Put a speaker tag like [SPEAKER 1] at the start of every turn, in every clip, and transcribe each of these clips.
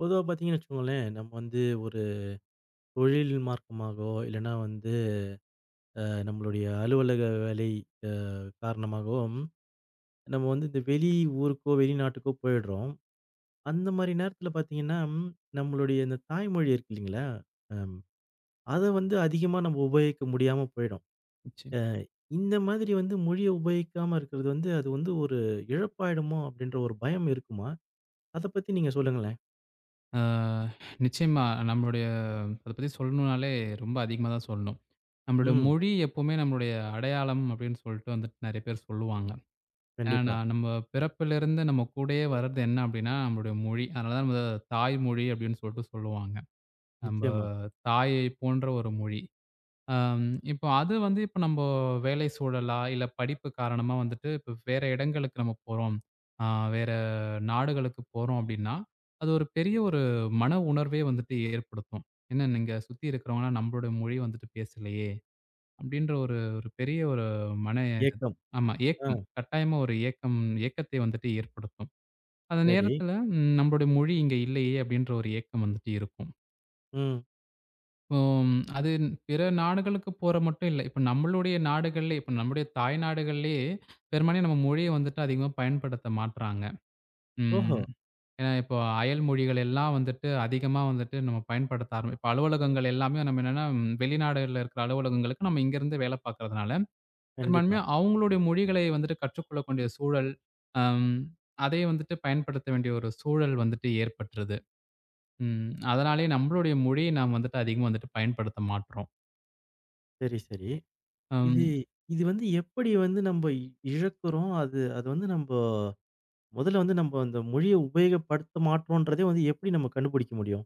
[SPEAKER 1] பொதுவா பார்த்தீங்கன்னு வச்சுக்கோங்களேன், நம்ம வந்து ஒரு தொழில் மார்க்கமாகவோ, இல்லன்னா வந்து அ நம்மளுடைய அலுவலக வேலை அ காரணமாகவும், நம்ம வந்து இந்த வெளி ஊருக்கோ, வெளிநாட்டுக்கோ போயிடுறோம். அந்த மாரி நேரத்தில பார்த்தீங்கன்னா, நம்மளுடைய இந்த தாய்மொழி இருக்கு இல்லைங்களா? அம் அத வந்து அதிகமா நம்ம உபயோகிக்க முடியாம போயிடும்.
[SPEAKER 2] நிச்சயம்.
[SPEAKER 1] அ இந்த மாதிரி வந்து மொழிய உபயோகிக்காம இருக்கிறது வந்து, அது வந்து ஒரு இழப்பாயிடுமோ அப்படின்ற ஒரு பயம் இருக்குமா? அத பத்தி நீங்க சொல்லுங்களேன்.
[SPEAKER 2] ஆ நிச்சயமா நம்மளுடைய அத பத்தி சொல்லணும்னாலே ரொம்ப அதிகமா தான் சொல்லணும். நம்மளுடைய
[SPEAKER 1] ம்.
[SPEAKER 2] மொழி எப்பவுமே நம்மளுடைய அடையாளம் அப்படின்னு சொல்லிட்டு வந்துட்டு நெறைய பேர் சொல்லுவாங்க.
[SPEAKER 1] கண்டிப்பா.
[SPEAKER 2] ஏன்னா நம்ம பிறப்பிலிருந்து நம்ம கூடயே வர்றது என்ன அப்படின்னா, நம்மளுடைய மொழி. அதனால தான் நம்ம தாய்மொழி அப்படின்னு சொல்லிட்டு சொல்லுவாங்க. நம்ம
[SPEAKER 1] நிச்சயமா.
[SPEAKER 2] தாயை போன்ற ஒரு மொழி. அம் இப்போ அது வந்து இப்போ நம்ப வேலை சூழலா, இல்ல படிப்பு காரணமா வந்துட்டு இப்போ வேற இடங்களுக்கு நம்ம போறோம். அ வேற நாடுகளுக்கு போறோம் அப்டின்னா, அது ஒரு பெரிய ஒரு மன உணர்வே வந்துட்டு ஏற்படுத்தும். என்ன நீங்க சுத்தி இருக்கிறவங்கலாம் நம்மளுடைய மொழி வந்துட்டு பேசலையே! அப்டின்ற ஒரு ஒரு பெரிய ஒரு மன
[SPEAKER 1] ஏக்கம்.
[SPEAKER 2] ஆமா
[SPEAKER 1] ஆ.
[SPEAKER 2] ஏக்கம். கட்டாயமா ஒரு ஏக்கம் ஏக்கத்தை வந்துட்டு ஏற்படுத்தும். அந்த
[SPEAKER 1] சரி.
[SPEAKER 2] நேரத்துல நம்மளுடைய மொழி இங்க இல்லையே! அப்டின்ற ஒரு ஏக்கம் வந்துட்டு இருக்கும்.
[SPEAKER 1] ம்.
[SPEAKER 2] இப்போ அது பிற நாடுகளுக்கு போற மட்டும் இல்ல. இப்ப நம்முடைய தாய் நாடுகள்லயே பெரும்பாலும் நம்ம மொழிய வந்துட்டு அதிகமா பயன்படுத்த மாட்றாங்க.
[SPEAKER 1] ஓஹோ!
[SPEAKER 2] ம். ஏன்னா இப்போ அயல் மொழிகள் எல்லாம் வந்துட்டு அதிகமா வந்துட்டு நம்ம பயன்படுத்த ஆரம்பி இப்ப அலுவலகங்கள் எல்லாமே நம்ம என்னன்னா வெளிநாடுகள்ல இருக்கிற அலுவலகங்களுக்கு நம்ம இங்கருந்து வேலை பார்க்கறதுனால,
[SPEAKER 1] கண்டிப்பா.
[SPEAKER 2] பெரும்பான்மையா அவங்களுடைய மொழிகளை வந்துட்டு கற்றுக்கொள்ளக்கூடிய சூழல், அம் அதை வந்துட்டு பயன்படுத்த வேண்டிய ஒரு சூழல் வந்துட்டு ஏற்பட்டுருது. ம். அதனாலேயே நம்மளுடைய மொழியை நாம் வந்துட்டு அதிகமா வந்துட்டு பயன்படுத்த மாட்றோம்.
[SPEAKER 1] சரி, சரி. இது
[SPEAKER 2] அம்.
[SPEAKER 1] இது வந்து எப்படி வந்து நம்ம இழக்கிறோம்? அது அது வந்து நம்ப முதல்ல வந்து நம்ப அந்த மொழிய உபயோகப்படுத்த மாட்றோன்றதே வந்து எப்படி நம்ம கண்டுபிடிக்க முடியும்?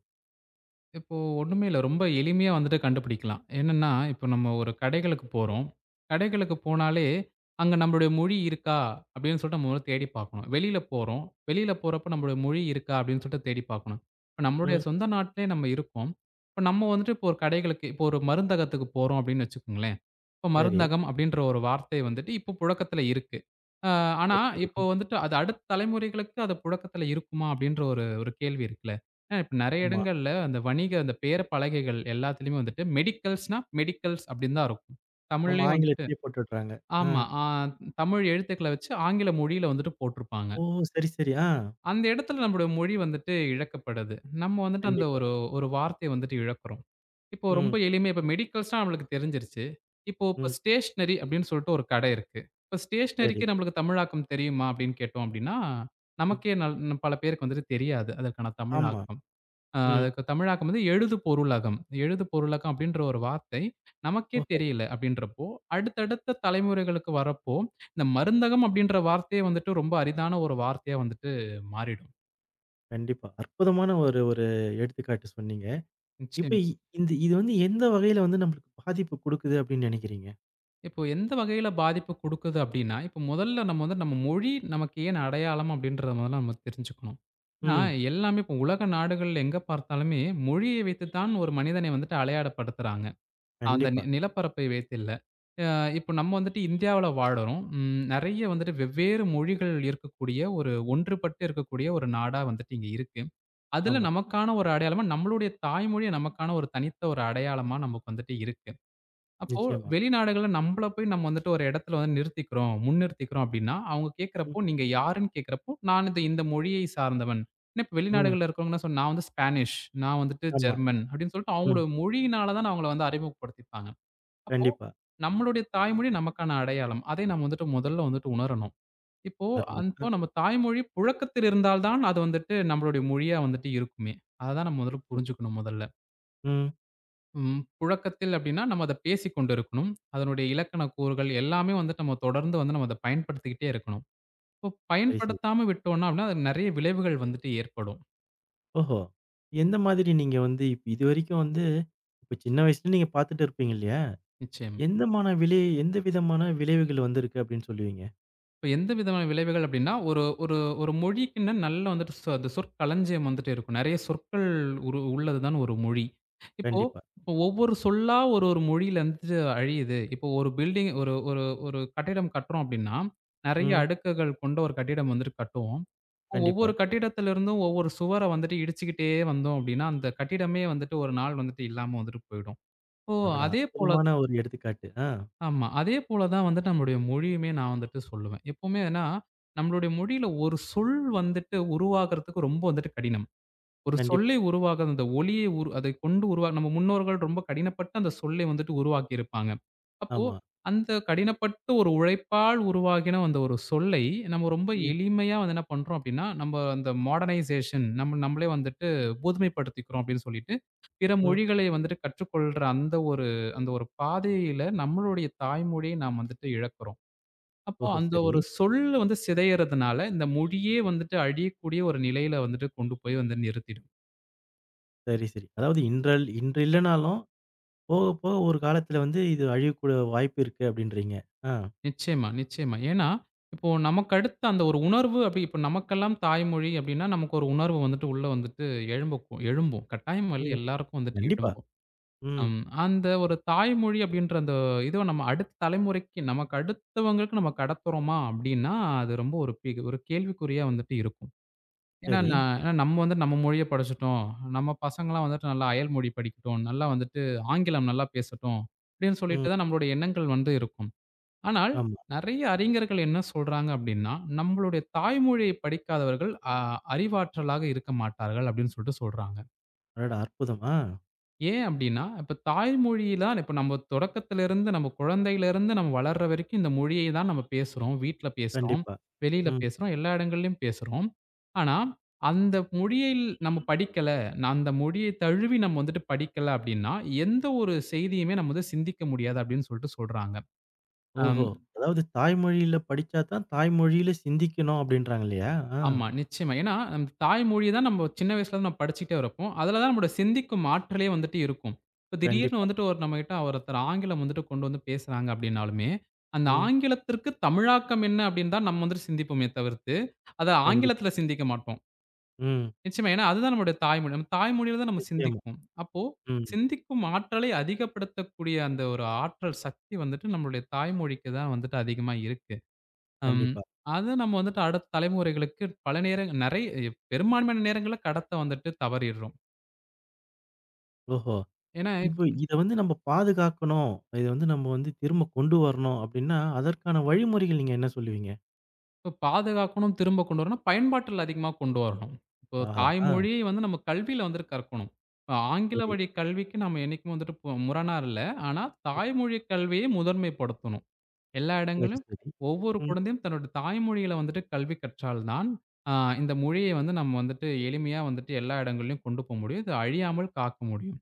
[SPEAKER 2] இப்போ ஒண்ணுமே இல்ல. ரொம்ப எளிமையா வந்துட்டு கண்டுபிடிக்கலாம். என்னன்னா, இப்போ நம்ம ஒரு கடைகளுக்கு போறோம். கடைகளுக்கு போனாலே, அங்க நம்மளுடைய மொழி இருக்கா? அப்படின்னு சொல்லிட்டு நம்ம முதல்ல தேடி பார்க்கணும். வெளியில போறோம். வெளியில போறப்ப நம்மளுடைய மொழி இருக்கா? அப்படின்னு சொல்லிட்டு தேடி பார்க்கணும். இப்ப நம்மளுடைய
[SPEAKER 1] ம்.
[SPEAKER 2] சொந்த நாட்டிலே நம்ம இருக்கோம். இப்ப நம்ம வந்துட்டு இப்போ ஒரு கடைகளுக்கு இப்போ ஒரு மருந்தகத்துக்கு போறோம் அப்படின்னு வச்சுக்கோங்களேன். இப்ப
[SPEAKER 1] சரி.
[SPEAKER 2] மருந்தகம் அப்படின்ற ஒரு வார்த்தை வந்துட்டு இப்போ புழக்கத்துல இருக்கு. அ ஆனா,
[SPEAKER 1] சரி, சரி.
[SPEAKER 2] இப்போ வந்துட்டு அது அடுத்த தலைமுறைகளுக்கு அது புழக்கத்துல இருக்குமா? அப்படின்ற ஒரு ஒரு கேள்வி இருக்குல்ல. ஏன்னா இப்ப நெறைய
[SPEAKER 1] ஆமா.
[SPEAKER 2] இடங்கள்ல அந்த வணிக அந்த பேர பலகைகள் எல்லாத்துலயுமே வந்துட்டு மெடிக்கல்ஸ் அப்படின்னு தான் இருக்கும்.
[SPEAKER 1] ஆமா.
[SPEAKER 2] தமிழ்லயும் வந்துட்டு
[SPEAKER 1] ஆங்கிலத்திலேயே போட்டுடுறாங்க. ஆ.
[SPEAKER 2] ஆமா. தமிழ் எழுத்துக்கள வச்சு ஆங்கில மொழியில வந்துட்டு போட்டிருப்பாங்க.
[SPEAKER 1] ஓ! சரி, சரி. ஆ.
[SPEAKER 2] அந்த இடத்துல நம்முடைய மொழி வந்துட்டு இழக்கப்படுது. நம்ம வந்துட்டு அந்த
[SPEAKER 1] கண்டிப்பா.
[SPEAKER 2] ஒரு ஒரு வார்த்தைய வந்துட்டு இழக்கிறோம். இப்போ ரொம்ப
[SPEAKER 1] ம்.
[SPEAKER 2] எளிமையா இப்போ மெடிக்கல்ஸ்னா நம்மளுக்கு தெரிஞ்சிருச்சு. இப்ப
[SPEAKER 1] ம்.
[SPEAKER 2] ஸ்டேஷனரி அப்படின்னு சொல்லிட்டு ஒரு கடை இருக்கு. இப்ப
[SPEAKER 1] சரி.
[SPEAKER 2] ஸ்டேஷனரிக்கு நம்மளுக்கு தமிழாக்கம் தெரியுமா அப்படின்னு கேட்டோம் அப்படின்னா,
[SPEAKER 1] ம்.
[SPEAKER 2] நமக்கே நம் பல பேருக்கு வந்துட்டு தெரியாது அதற்கான
[SPEAKER 1] ஆமா.
[SPEAKER 2] தமிழாக்கம்.
[SPEAKER 1] ம்.
[SPEAKER 2] அதுக்கு தமிழாக்கம் வந்து எழுது பொருளகம். எழுது பொருளகம் அப்படின்ற ஒரு வார்த்தை நமக்கே
[SPEAKER 1] ஓஹோ!
[SPEAKER 2] தெரியல அப்படின்றப்போ, அடுத்தடுத்த தலைமுறைகளுக்கு வரப்போ, இந்த மருந்தகம் அப்படின்ற வார்த்தையே வந்துட்டு ரொம்ப அரிதான ஒரு வார்த்தையா வந்துட்டு மாறிடும்.
[SPEAKER 1] கண்டிப்பா. அற்புதமான ஒரு ஒரு எடுத்துக்காட்டு சொன்னீங்க. இப்ப
[SPEAKER 2] நிச்சயமா.
[SPEAKER 1] இந்த இது வந்து எந்த வகையில வந்து நம்மளுக்கு பாதிப்பு குடுக்குது அப்படின்னு நினைக்கிறீங்க?
[SPEAKER 2] இப்போ எந்த வகையில பாதிப்பு குடுக்குது அப்டின்னா, இப்போ முதல்ல நம்ம வந்து நம்ம மொழி நமக்கு ஏன் அடையாளம் அப்டின்றத முதல்ல நம்ம தெரிஞ்சுக்கணும். ஏன்னா,
[SPEAKER 1] ம்.
[SPEAKER 2] எல்லாமே இப்போ உலக நாடுகள்ல எங்க பார்த்தாலுமே மொழியை வைத்து தான் ஒரு மனிதனை வந்துட்டு அடையாளப்படுத்துறாங்க. அந்த
[SPEAKER 1] கண்டிப்பா.
[SPEAKER 2] நிலப்பரப்பை வைத்து இல்ல. அ இப்போ நம்ம வந்துட்டு இந்தியாவுல வாழுறோம். ம் நெறைய வந்துட்டு வெவ்வேறு மொழிகள் இருக்கக்கூடிய ஒரு ஒன்றுபட்டு இருக்கக்கூடிய ஒரு நாடா வந்துட்டு இங்க இருக்கு. அதுல
[SPEAKER 1] ஆமா.
[SPEAKER 2] நமக்கான ஒரு அடையாளமா நம்மளுடைய தாய்மொழிய நமக்கான ஒரு தனித்த ஒரு அடையாளமா நமக்கு வந்துட்டு இருக்கு. அப்போ
[SPEAKER 1] நிச்சயமா.
[SPEAKER 2] வெளிநாடுகள்ல நம்பள போய் நம்ம வந்துட்டு ஒரு இடத்துல வந்து நிறுத்திக்கிறோம், முன்னிறுத்திக்கிறோம் அப்டின்னா, அவங்க
[SPEAKER 1] ம்,
[SPEAKER 2] கேட்கிறப்போ, நீங்க யாருன்னு கேட்கிறப்போ, நான் இது இந்த மொழியை சார்ந்தவன். ஏன்னா இப்ப
[SPEAKER 1] ம்.
[SPEAKER 2] வெளிநாடுகள்ல இருக்கிறவங்கலாம் நான் வந்து ஸ்பானிஷ், நான் வந்துட்டு
[SPEAKER 1] ஆமா.
[SPEAKER 2] ஜெர்மன் அப்டின்னு சொல்லிட்டு
[SPEAKER 1] ம்.
[SPEAKER 2] அவங்களோட மொழியினால தான் அவங்கள வந்து அறிமுகப்படுத்திப்பாங்க. அப்போ
[SPEAKER 1] கண்டிப்பா.
[SPEAKER 2] நம்மளுடைய தாய்மொழி நமக்கான அடையாளம். அதை நம்ம வந்துட்டு முதல்ல வந்துட்டு உணரணும். இப்போ
[SPEAKER 1] அருமை.
[SPEAKER 2] அப்போ நம்ம தாய்மொழி புழக்கத்தில் இருந்தால் தான் அது வந்துட்டு நம்மளுடைய மொழியா வந்துட்டு இருக்குமே. அத தான் நம்ம முதல்ல
[SPEAKER 1] நிச்சயமா.
[SPEAKER 2] புரிஞ்சுக்கணும்.
[SPEAKER 1] ம்.
[SPEAKER 2] ம். புழக்கத்தில் அப்டின்னா, நம்ம அத பேசிக் கொண்டு இருக்கணும். அதனுடைய இலக்கண கூறுகள் எல்லாமே வந்துட்டு நம்ம தொடர்ந்து வந்து நம்ம அத பயன்படுத்திக்கிட்டே இருக்கணும். இப்போ
[SPEAKER 1] சரி, சரி.
[SPEAKER 2] பயன்படுத்தாம விட்டோம்னா, அப்டின்னா அது நெறைய விளைவுகள் வந்துட்டு ஏற்படும்.
[SPEAKER 1] ஓஹோ! எந்த மாதிரி நீங்க வந்து இப்ப இதுவரைக்கும் வந்து இப்ப சின்ன வயசுல நீங்க பார்த்துட்டு இருப்பீங்க இல்லையா?
[SPEAKER 2] நிச்சயமா.
[SPEAKER 1] எந்த விதமான விளைவுகள் வந்திருக்கு அப்படின்னு சொல்லுவீங்க?
[SPEAKER 2] இப்ப எந்த விதமான விளைவுகள் அப்டின்னா, ஒரு ஒரு ஒரு மொழிக்குன்னு நல்ல வந்துட்டு அந்த சொற்களஞ்சியம் வந்துட்டு இருக்கும். நெறைய சொற்கள் உள்ளது தான் ஒரு மொழி. இப்போ
[SPEAKER 1] கண்டிப்பா.
[SPEAKER 2] இப்போ ஒவ்வொரு சொல்லா ஒரு ஒரு மொழியிலருந்து அழியுது. இப்போ ஒரு பில்டிங் ஒரு ஒரு ஒரு கட்டிடம் கட்டுறோம் அப்டின்னா, நெறைய
[SPEAKER 1] ம்.
[SPEAKER 2] அடுக்குகள் கொண்ட ஒரு கட்டிடம் வந்துட்டு கட்டுவோம். இப்போ
[SPEAKER 1] கண்டிப்பா.
[SPEAKER 2] ஒவ்வொரு கட்டிடத்திலிருந்தும் ஒவ்வொரு சுவர வந்துட்டு இடிச்சுக்கிட்டே வந்தோம் அப்டின்னா, அந்த கட்டிடமே வந்துட்டு ஒரு நாள் வந்துட்டு இல்லாம வந்துட்டு போயிடும். இப்போ
[SPEAKER 1] அடடா!
[SPEAKER 2] அதே போல
[SPEAKER 1] அற்புதமான ஒரு எடுத்துக்காட்டு. ஆ.
[SPEAKER 2] ஆமா. அதே போல தான் வந்துட்டு நம்மளுடைய மொழியுமே நான் வந்துட்டு சொல்லுவேன். எப்பவுமே ஏன்னா, நம்மளுடைய மொழியில ஒரு சொல் வந்துட்டு உருவாகுறதுக்கு ரொம்ப வந்துட்டு கடினம். ஒரு சொல்லை
[SPEAKER 1] கண்டிப்பா.
[SPEAKER 2] உருவாக்க அந்த ஒலியை அதை கொண்டு நம்ம முன்னோர்கள் ரொம்ப கடினப்பட்டு அந்த சொல்லை வந்துட்டு உருவாக்கியிருப்பாங்க. அப்போ
[SPEAKER 1] ஆமா.
[SPEAKER 2] அந்த கடினப்பட்டு ஒரு உழைப்பால் உருவாகின அந்த ஒரு சொல்லை, நம்ம ரொம்ப
[SPEAKER 1] ம்,
[SPEAKER 2] எளிமையா வந்து என்ன பண்றோம் அப்டின்னா, நம்ம அந்த மாடர்னைசேஷன் நம்ம நம்மளே வந்துட்டு பூதுமைப்படுத்திக்கிறோம் அப்டின்னு சொல்லிட்டு, பிற
[SPEAKER 1] ம்.
[SPEAKER 2] மொழிகளை வந்துட்டு கற்றுக்கொள்ற அந்த ஒரு அந்த ஒரு பாதையில நம்மளுடைய தாய்மொழியை நாம் வந்துட்டு இழக்கிறோம். அப்போ
[SPEAKER 1] ஓஹோ!
[SPEAKER 2] அந்த
[SPEAKER 1] சரி.
[SPEAKER 2] ஒரு சொல் வந்து சிதையறதுனால, இந்த மொழியே வந்துட்டு அழியக்கூடிய ஒரு நிலையில வந்துட்டு கொண்டு போய் வந்து நிறுத்திடும்.
[SPEAKER 1] சரி, சரி. அதாவது இன்று இல்லனாலும், போக போக ஒரு காலத்துல வந்து இது அழியக்கூட வாய்ப்பு இருக்கு அப்படின்றீங்க. ஆ.
[SPEAKER 2] நிச்சயமா, நிச்சயமா. ஏன்னா, இப்போ நமக்கு அடுத்த அந்த ஒரு உணர்வு அப்படி இப்போ நமக்கெல்லாம் தாய்மொழி அப்படின்னா, நமக்கு ஒரு உணர்வு வந்துட்டு உள்ள வந்துட்டு எழும்பும். கட்டாயம் இல்ல
[SPEAKER 1] ம்.
[SPEAKER 2] எல்லாருக்கும் வந்துட்டு
[SPEAKER 1] கண்டிப்பா.
[SPEAKER 2] எழும்பும்.
[SPEAKER 1] ம்.
[SPEAKER 2] அந்த ஒரு தாய்மொழி அப்படின்ற அந்த இதுவ நம்ம அடுத்த தலைமுறைக்கு நமக்கு அடுத்தவங்களுக்கு நம்ம கடத்துறோமா அப்படின்னா, அது ரொம்ப ஒரு ஒரு கேள்விக்குறியா வந்துட்டு இருக்கும். ஏன்னா,
[SPEAKER 1] சரி.
[SPEAKER 2] ஏன்னா நம்ம வந்து நம்ம மொழிய படிச்சுட்டோம். நம்ம பசங்கலாம் வந்துட்டு நல்லா அயல் மொழி படிக்கட்டும். நல்லா வந்துட்டு ஆங்கிலம் நல்லா பேசட்டும். அப்படின்னு
[SPEAKER 1] ம்.
[SPEAKER 2] சொல்லிட்டு தான் நம்மளுடைய எண்ணங்கள் வந்து இருக்கும். ஆனால்,
[SPEAKER 1] ஆமா.
[SPEAKER 2] நெறைய அறிஞர்கள் என்ன சொல்றாங்க அப்டின்னா, நம்மளுடைய தாய்மொழியை படிக்காதவர்கள் அறிவாற்றலாக இருக்க மாட்டார்கள் அப்டின்னு சொல்லிட்டு சொல்றாங்க.
[SPEAKER 1] அடடா! அற்புதம். ஆ.
[SPEAKER 2] ஏன் அப்டின்னா, இப்ப தாய்மொழியில தான் இப்ப நம்ம தொடக்கத்திலிருந்து நம்ம குழந்தையிலிருந்து நம்ம வளர்ற வரைக்கும் இந்த மொழியை தான் நம்ம பேசுறோம். வீட்ல பேசுறோம்,
[SPEAKER 1] கண்டிப்பா.
[SPEAKER 2] வெளியில
[SPEAKER 1] ம்.
[SPEAKER 2] பேசுறோம், எல்லா இடங்கள்லயும் பேசுறோம். ஆனா, அந்த மொழியில் நம்ம படிக்கல, நான் அந்த மொழியை தழுவி நம்ம வந்துட்டு படிக்கல அப்டின்னா, எந்த ஒரு செய்தியுமே நம்ம வந்து சிந்திக்க முடியாது அப்டின்னு சொல்லிட்டு சொல்றாங்க. அம்.
[SPEAKER 1] ஓஹோ! அதாவது தாய்மொழியில படிச்சா தான் தாய்மொழியில சிந்திக்கணும் அப்படின்றாங்க இல்லையா? ஆ.
[SPEAKER 2] ஆமா, நிச்சயமா. ஏன்னா, நம் தாய்மொழி தான் நம்ம சின்ன வயசுலருந்து நம்ம படிச்சுக்கிட்டே இருப்போம். அதுல தான் நம்மோட சிந்திக்கும் ஆற்றலே வந்துட்டு இருக்கும். இப்ப திடீர்னு
[SPEAKER 1] கண்டிப்பா.
[SPEAKER 2] வந்துட்டு ஒரு நம்மகிட்ட ஒருத்தர் ஆங்கிலம் வந்துட்டு கொண்டு வந்து பேசுறாங்க அப்டின்னாலுமே, அந்த
[SPEAKER 1] ம்.
[SPEAKER 2] ஆங்கிலத்திற்கு தமிழாக்கம் என்ன அப்டின்னு தான் நம்ம வந்துட்டு சிந்திப்போமே தவிர்த்து, அத
[SPEAKER 1] கண்டிப்பா.
[SPEAKER 2] ஆங்கிலத்துல சிந்திக்க மாட்டோம்.
[SPEAKER 1] ம்.
[SPEAKER 2] நிச்சயமா. ஏன்னா, அதுதான் நம்முடைய தாய்மொழி. நம்ம தாய்மொழியில தான் நம்ம
[SPEAKER 1] நிச்சயமா.
[SPEAKER 2] சிந்திப்போம். அப்போ
[SPEAKER 1] ம்.
[SPEAKER 2] சிந்திக்கும் ஆற்றலை அதிகப்படுத்தக்கூடிய அந்த ஒரு ஆற்றல் சக்தி வந்துட்டு நம்மளுடைய தாய்மொழிக்கு தான் வந்துட்டு அதிகமா இருக்கு. அம்.
[SPEAKER 1] கண்டிப்பா.
[SPEAKER 2] அத நம்ம வந்துட்டு அடுத்த தலைமுறைகளுக்கு பல நேர நெறைய பெரும்பான்மையான நேரங்கள்ல கடத்த வந்துட்டு தவறிடுறோம்.
[SPEAKER 1] ஓஹோ!
[SPEAKER 2] ஏன்னா,
[SPEAKER 1] இப்போ இத வந்து நம்ம பாதுகாக்கணும். இத வந்து நம்ம வந்து திரும்ப கொண்டு வரணும் அப்படின்னா, அதற்கான வழிமுறைகள் நீங்க என்ன சொல்லுவீங்க?
[SPEAKER 2] இப்ப பாதுகாக்கணும், திரும்ப கொண்டு வரணும், பயன்பாட்டில அதிகமா கொண்டு வரணும். இப்போ
[SPEAKER 1] ஆஹா! ஆ.
[SPEAKER 2] தாய்மொழி வந்து நம்ம கல்வியில வந்து கற்கணும். இப்ப ஆங்கில
[SPEAKER 1] சரி.
[SPEAKER 2] வழி கல்விக்கு நம்ம என்னைக்குமே வந்துட்டு போ முரணா இல்ல. ஆனா,
[SPEAKER 1] ம்.
[SPEAKER 2] தாய்மொழி கல்வியை முதன்மைப்படுத்தணும். எல்லா
[SPEAKER 1] சரி,
[SPEAKER 2] இடங்கள்லயும்
[SPEAKER 1] சரி.
[SPEAKER 2] ஒவ்வொரு
[SPEAKER 1] ம்.
[SPEAKER 2] குழந்தையும் தன்னோட தாய்மொழியில வந்துட்டு கல்வி கற்றால் தான், அ இந்த மொழியை வந்து நம்ம வந்துட்டு எளிமையா வந்துட்டு எல்லா இடங்கள்லயும் கொண்டு போ முடியும். இது அழியாமல் காக்க முடியும்.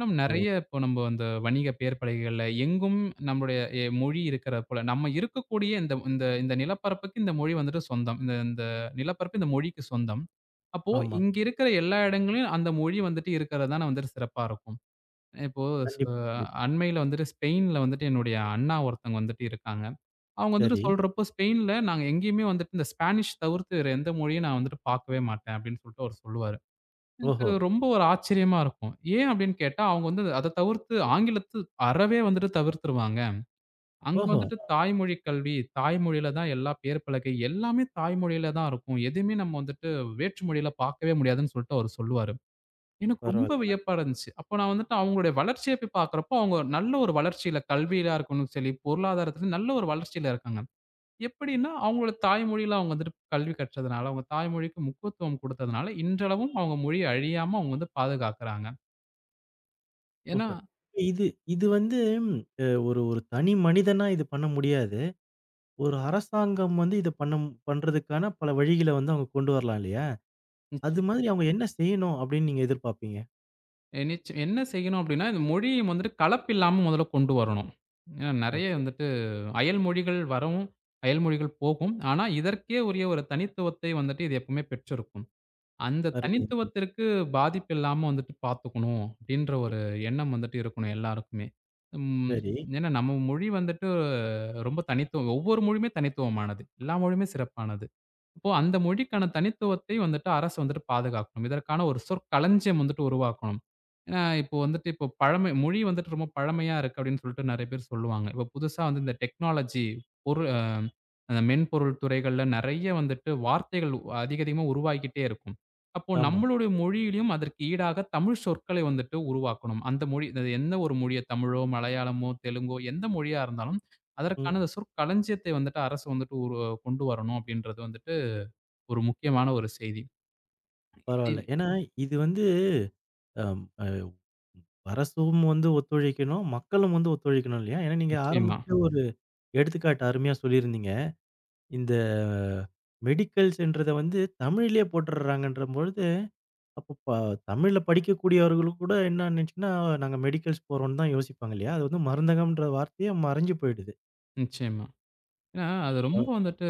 [SPEAKER 2] மேம்
[SPEAKER 1] ஓ!
[SPEAKER 2] நெறைய இப்போ நம்ப அந்த வணிக பெயர் பலகைகள்ல எங்கும் நம்முடைய மொழி இருக்கிற போல, நம்ம இருக்கக்கூடிய இந்த இந்த இந்த நிலப்பரப்புக்கு இந்த மொழி வந்துட்டு சொந்தம். இந்த இந்த நிலப்பரப்பு இந்த மொழிக்கு சொந்தம். அப்போ
[SPEAKER 1] ஆமா.
[SPEAKER 2] இங்க இருக்கிற எல்லா இடங்கள்லயும் அந்த மொழி வந்துட்டு இருக்கிறது தானே வந்துட்டு சிறப்பா இருக்கும். இப்போ ஸ்
[SPEAKER 1] கண்டிப்பா, கண்டிப்பா.
[SPEAKER 2] அண்மையில வந்துட்டு ஸ்பெயின்ல வந்துட்டு என்னுடைய அண்ணா ஒருத்தங்க வந்துட்டு இருக்காங்க. அவங்க வந்துட்டு
[SPEAKER 1] சரி.
[SPEAKER 2] சொல்றப்போ, "ஸ்பெயின்ல நாங்க எங்கேயுமே வந்துட்டு இந்த ஸ்பானிஷ் தவிர்த்து வேற எந்த மொழியும் நான் வந்துட்டு பார்க்கவே மாட்டேன்" அப்படின்னு சொல்லிட்டு அவரு சொல்லுவாரு. எனக்கு
[SPEAKER 1] ஓஹோ!
[SPEAKER 2] ரொம்ப ஒரு ஆச்சரியமா இருக்கும். ஏன் அப்படின்னு கேட்டா, அவங்க வந்து அத தவிர்த்து ஆங்கிலத்து அறவே வந்துட்டு தவிர்த்துருவாங்க. அங்க
[SPEAKER 1] ஓஹோ!
[SPEAKER 2] வந்துட்டு தாய்மொழி கல்வி, தாய்மொழியில தான் எல்லா பேர் பலகை, எல்லாமே தாய்மொழியில தான் இருக்கும். எதுவுமே நம்ம வந்துட்டு வேற்று மொழியில பார்க்கவே முடியாதுன்னு சொல்லிட்டு அவரு சொல்லுவாரு. எனக்கு ரொம்ப
[SPEAKER 1] பரவால்ல.
[SPEAKER 2] வியப்பா இருந்துச்சு. அப்போ நான் வந்துட்டு அவங்களுடைய வளர்ச்சிய போய் பார்க்கிறப்போ, அவங்க நல்ல ஒரு வளர்ச்சியில கல்வியிலயா இருக்கணும் சரி, பொருளாதாரத்தில நல்ல ஒரு வளர்ச்சியில இருக்காங்க. எப்படின்னா, அவங்களோட தாய்மொழியில அவங்க வந்துட்டு கல்வி கற்றதுனால, அவங்க தாய்மொழிக்கு முக்கியத்துவம் குடுத்ததுனால, இன்றளவும் அவங்க மொழி அழியாம அவங்க வந்து பாதுகாக்குறாங்க. ஏன்னா
[SPEAKER 1] ஓஹோ! இது இது வந்து ஒரு ஒரு தனி மனிதனா இது பண்ண முடியாது. ஒரு அரசாங்கம் வந்து இத பண்ண பண்றதுக்கான பல வழிகள வந்து அவங்க கொண்டு வரலாம் இல்லையா? அது
[SPEAKER 2] நிச்சயமா.
[SPEAKER 1] மாதிரி அவங்க என்ன செய்யணும் அப்படின்னு நீங்க எதிர்பார்ப்பீங்க?
[SPEAKER 2] எ நிச்ச என்ன செய்யணும் அப்படின்னா, இந்த மொழிய வந்துட்டு கலப்பில்லாம முதல்ல கொண்டு வரணும். ஏன்னா நெறைய
[SPEAKER 1] ஓகே.
[SPEAKER 2] வந்துட்டு அயல் மொழிகள் வரவும், அயல் மொழிகள் போகும். ஆனா, இதற்கே உரிய ஒரு தனித்துவத்தை வந்துட்டு இது எப்பவுமே பெற்றிருக்கும். அந்த
[SPEAKER 1] அருமை. ம்.
[SPEAKER 2] தனித்துவத்திற்கு பாதிப்பு இல்லாம வந்துட்டு பாத்துக்கணும், அப்படின்ற ஒரு எண்ணம் வந்துட்டு இருக்கணும் எல்லாருக்குமே. ம்.
[SPEAKER 1] சரி.
[SPEAKER 2] ஏன்னா நம்ம மொழி வந்துட்டு ரொம்ப தனித்துவம் ஒவ்வொரு மொழியுமே தனித்துவமானது. எல்லா மொழியுமே சிறப்பானது. இப்போ அந்த மொழிக்கான தனித்துவத்தை வந்துட்டு அரசு வந்துட்டு பாதுகாக்கணும். இதற்கான ஒரு சொற்களஞ்சியம் வந்துட்டு உருவாக்கணும். ஏன்னா, இப்போ வந்துட்டு இப்போ பழமை மொழி வந்துட்டு ரொம்ப பழமையா இருக்கு அப்படின்னு சொல்லிட்டு நெறைய பேர் சொல்லுவாங்க. இப்போ புதுசா வந்து இந்த டெக்னாலஜி பொரு அ அந்த மென்பொருள் துறைகள்ல நெறைய வந்துட்டு வார்த்தைகள் அதிக அதிகமா உருவாகிக்கிட்டே இருக்கும். அப்போ
[SPEAKER 1] ஆமா.
[SPEAKER 2] நம்மளுடைய மொழியிலும் அதற்கு ஈடாக தமிழ் சொற்களை வந்துட்டு உருவாக்கணும். அந்த மொழி அது எந்த ஒரு மொழிய தமிழோ, மலையாளமோ, தெலுங்கோ எந்த மொழியா இருந்தாலும்
[SPEAKER 1] ம்.
[SPEAKER 2] அதற்கான அந்த சொற்களஞ்சியத்தை வந்துட்டு அரசு வந்துட்டு ஒரு கொண்டு வரணும் அப்படின்றது வந்துட்டு ஒரு முக்கியமான ஒரு செய்தி.
[SPEAKER 1] பரவால்ல.
[SPEAKER 2] இதில்
[SPEAKER 1] ஏன்னா இது வந்து அம் அ அரசும் வந்து ஒத்துழைக்கணும், மக்களும் வந்து ஒத்துழைக்கணும் இல்லையா? ஏன்னா நீங்க
[SPEAKER 2] நிச்சயமா,
[SPEAKER 1] ஆரம்பத்திலே ஒரு எடுத்துக்காட்டு அருமையா சொல்லியிருந்தீங்க. இந்த மெடிக்கல்ஸ்ன்றத வந்து தமிழ்லயே போட்டுர்றாங்கன்ற பொழுது அப்போ தமிழ்ல படிக்கக்கூடியவர்களும் கூட என்ன நினைச்சுன்னா, நாங்க மெடிக்கல்ஸ் போறோம்ன்னு தான் யோசிப்பாங்க இல்லையா? அது வந்து மருந்தகம்ன்ற வார்த்தையே மறைஞ்சு போயிடுது.
[SPEAKER 2] நிச்சயமா. ஏன்னா அது
[SPEAKER 1] ஆ.
[SPEAKER 2] ரொம்ப வந்துட்டு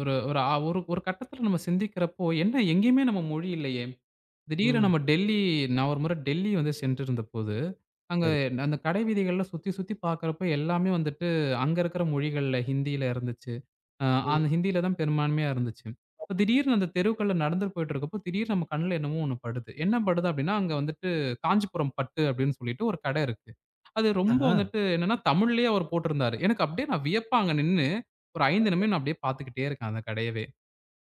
[SPEAKER 2] ஒரு ஒரு அ ஒரு ஒரு கட்டத்தில நம்ம சிந்திக்கிறப்போ, என்ன எங்கேயுமே நம்ம மொழி இல்லையே! திடீர்னு
[SPEAKER 1] ம்.
[SPEAKER 2] நம்ம டெல்லி நான் ஒரு முறை டெல்லி வந்து சென்றிருந்தபோது, அங்க
[SPEAKER 1] சரி.
[SPEAKER 2] அந்த கடை வீதிகள்ல சுத்தி சுத்தி பார்க்கிறப்போ எல்லாமே வந்துட்டு அங்க இருக்கிற மொழிகள்ல ஹிந்தியில இருந்துச்சு. அ
[SPEAKER 1] ம்.
[SPEAKER 2] அந்த ஹிந்தியில தான் பெரும்பான்மையா இருந்துச்சு. இப்ப திடீர்னு அந்த தெருக்கள்ல நடந்து போயிட்டுருக்கப்போ, திடீர்னு நம்ம கண்ல என்னமோ ஒண்ணு படுது. என்ன படுது அப்டின்னா, அங்க வந்துட்டு காஞ்சிபுரம் பட்டு அப்டின்னு சொல்லிட்டு ஒரு கடை இருக்கு. அது ரொம்ப
[SPEAKER 1] ஆஹா.
[SPEAKER 2] வந்துட்டு என்னன்னா, தமிழ்லயே அவர் போட்டிருந்தாரு. எனக்கு அப்டியே நான் வியப்பா அங்க நின்னு, ஒரு 5 நிமிடம் நான் அப்டியே பார்த்துக்கிட்டே இருக்கேன் அந்த கடையவே.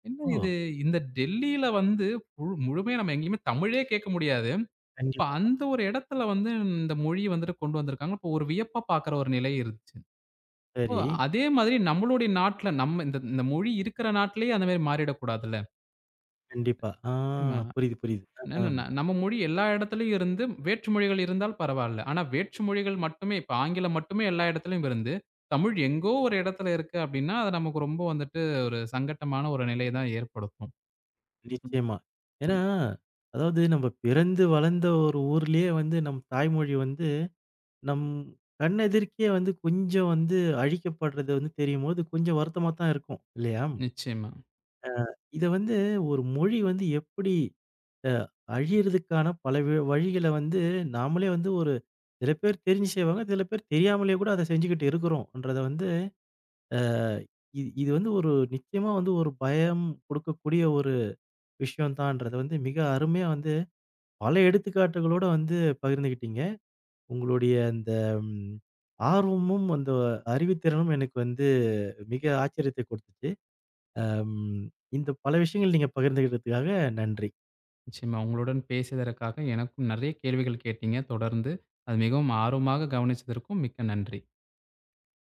[SPEAKER 2] என்ன
[SPEAKER 1] ஓ!
[SPEAKER 2] இது இந்த டெல்லியில வந்து முழு முழுமையா நம்ம எங்கேயுமே தமிழே கேட்க முடியாது.
[SPEAKER 1] கண்டிப்பா.
[SPEAKER 2] இப்ப அந்த ஒரு இடத்துல வந்து இந்த மொழிய வந்துட்டு கொண்டு வந்திருக்காங்க. அப்போ ஒரு வியப்பா பார்க்குற ஒரு நிலை இருந்துச்சு. ஓ!
[SPEAKER 1] சரி.
[SPEAKER 2] அதே மாதிரி நம்மளுடைய நாட்ல நம்ம இந்த இந்த மொழி இருக்கிற நாட்டிலேயே அந்த மாரி மாறிடக்கூடாதுல்ல.
[SPEAKER 1] கண்டிப்பா. ஆ.
[SPEAKER 2] நிச்சயமா.
[SPEAKER 1] புரியுது, புரியுது.
[SPEAKER 2] ஏன்னா
[SPEAKER 1] ஆம்.
[SPEAKER 2] நம்ம மொழி எல்லா இடத்துலயும் இருந்து வேற்று மொழிகள் இருந்தால் பரவால்ல. ஆனா வேற்று மொழிகள் மட்டுமே இப்ப ஆங்கிலம் மட்டுமே எல்லா இடத்துலயும் இருந்து, தமிழ் எங்கோ ஒரு இடத்துல இருக்கு அப்டின்னா, அது நமக்கு ரொம்ப வந்துட்டு ஒரு சங்கட்டமான ஒரு நிலைய தான் ஏற்படுத்தும்.
[SPEAKER 1] நிச்சயமா. ஏன்னா, அதாவது நம்ம பிறந்து வளர்ந்த ஒரு ஊர்லயே வந்து நம் தாய்மொழி வந்து நம் கண்ணெதிர்க்கயே வந்து கொஞ்சம் வந்து அழிக்கப்படுறது வந்து தெரியும்போது கொஞ்சம் வருத்தமா தான் இருக்கும். இல்லையா?
[SPEAKER 2] நிச்சயமா,
[SPEAKER 1] இத வந்து ஒரு மொழி வந்து எப்படி அ அழியிறதுக்கான பல வழிகள வந்து நாமளே வந்து ஒரு சில பேர் தெரிஞ்சு செய்வாங்க. சில பேர் தெரியாமலே கூட அத செஞ்சுகிட்டு இருக்கிறோம்ன்றத வந்து அ இது இது வந்து ஒரு நிச்சயமா வந்து ஒரு பயம் குடுக்கக்கூடிய ஒரு விஷயம் தான்றத வந்து மிக அருமையா வந்து பல எடுத்துக்காட்டுகளோட வந்து பகிர்ந்துகிட்டீங்க. உங்களுடைய அந்த ம் ஆர்வமும், அந்த அறிவுத்திறனும் எனக்கு வந்து மிக ஆச்சரியத்தை குடுத்துச்சு. அம் இந்த பல விஷயங்கள் நீங்க பகிர்ந்துகிட்டதுக்காக நன்றி.
[SPEAKER 2] நிச்சயமா. உங்களுடன் பேசியதற்காக எனக்கும் நெறைய கேள்விகள் கேட்டீங்க தொடர்ந்து. அது மிகவும் ஆர்வமாக கவனிச்சதற்கும் மிக்க நன்றி.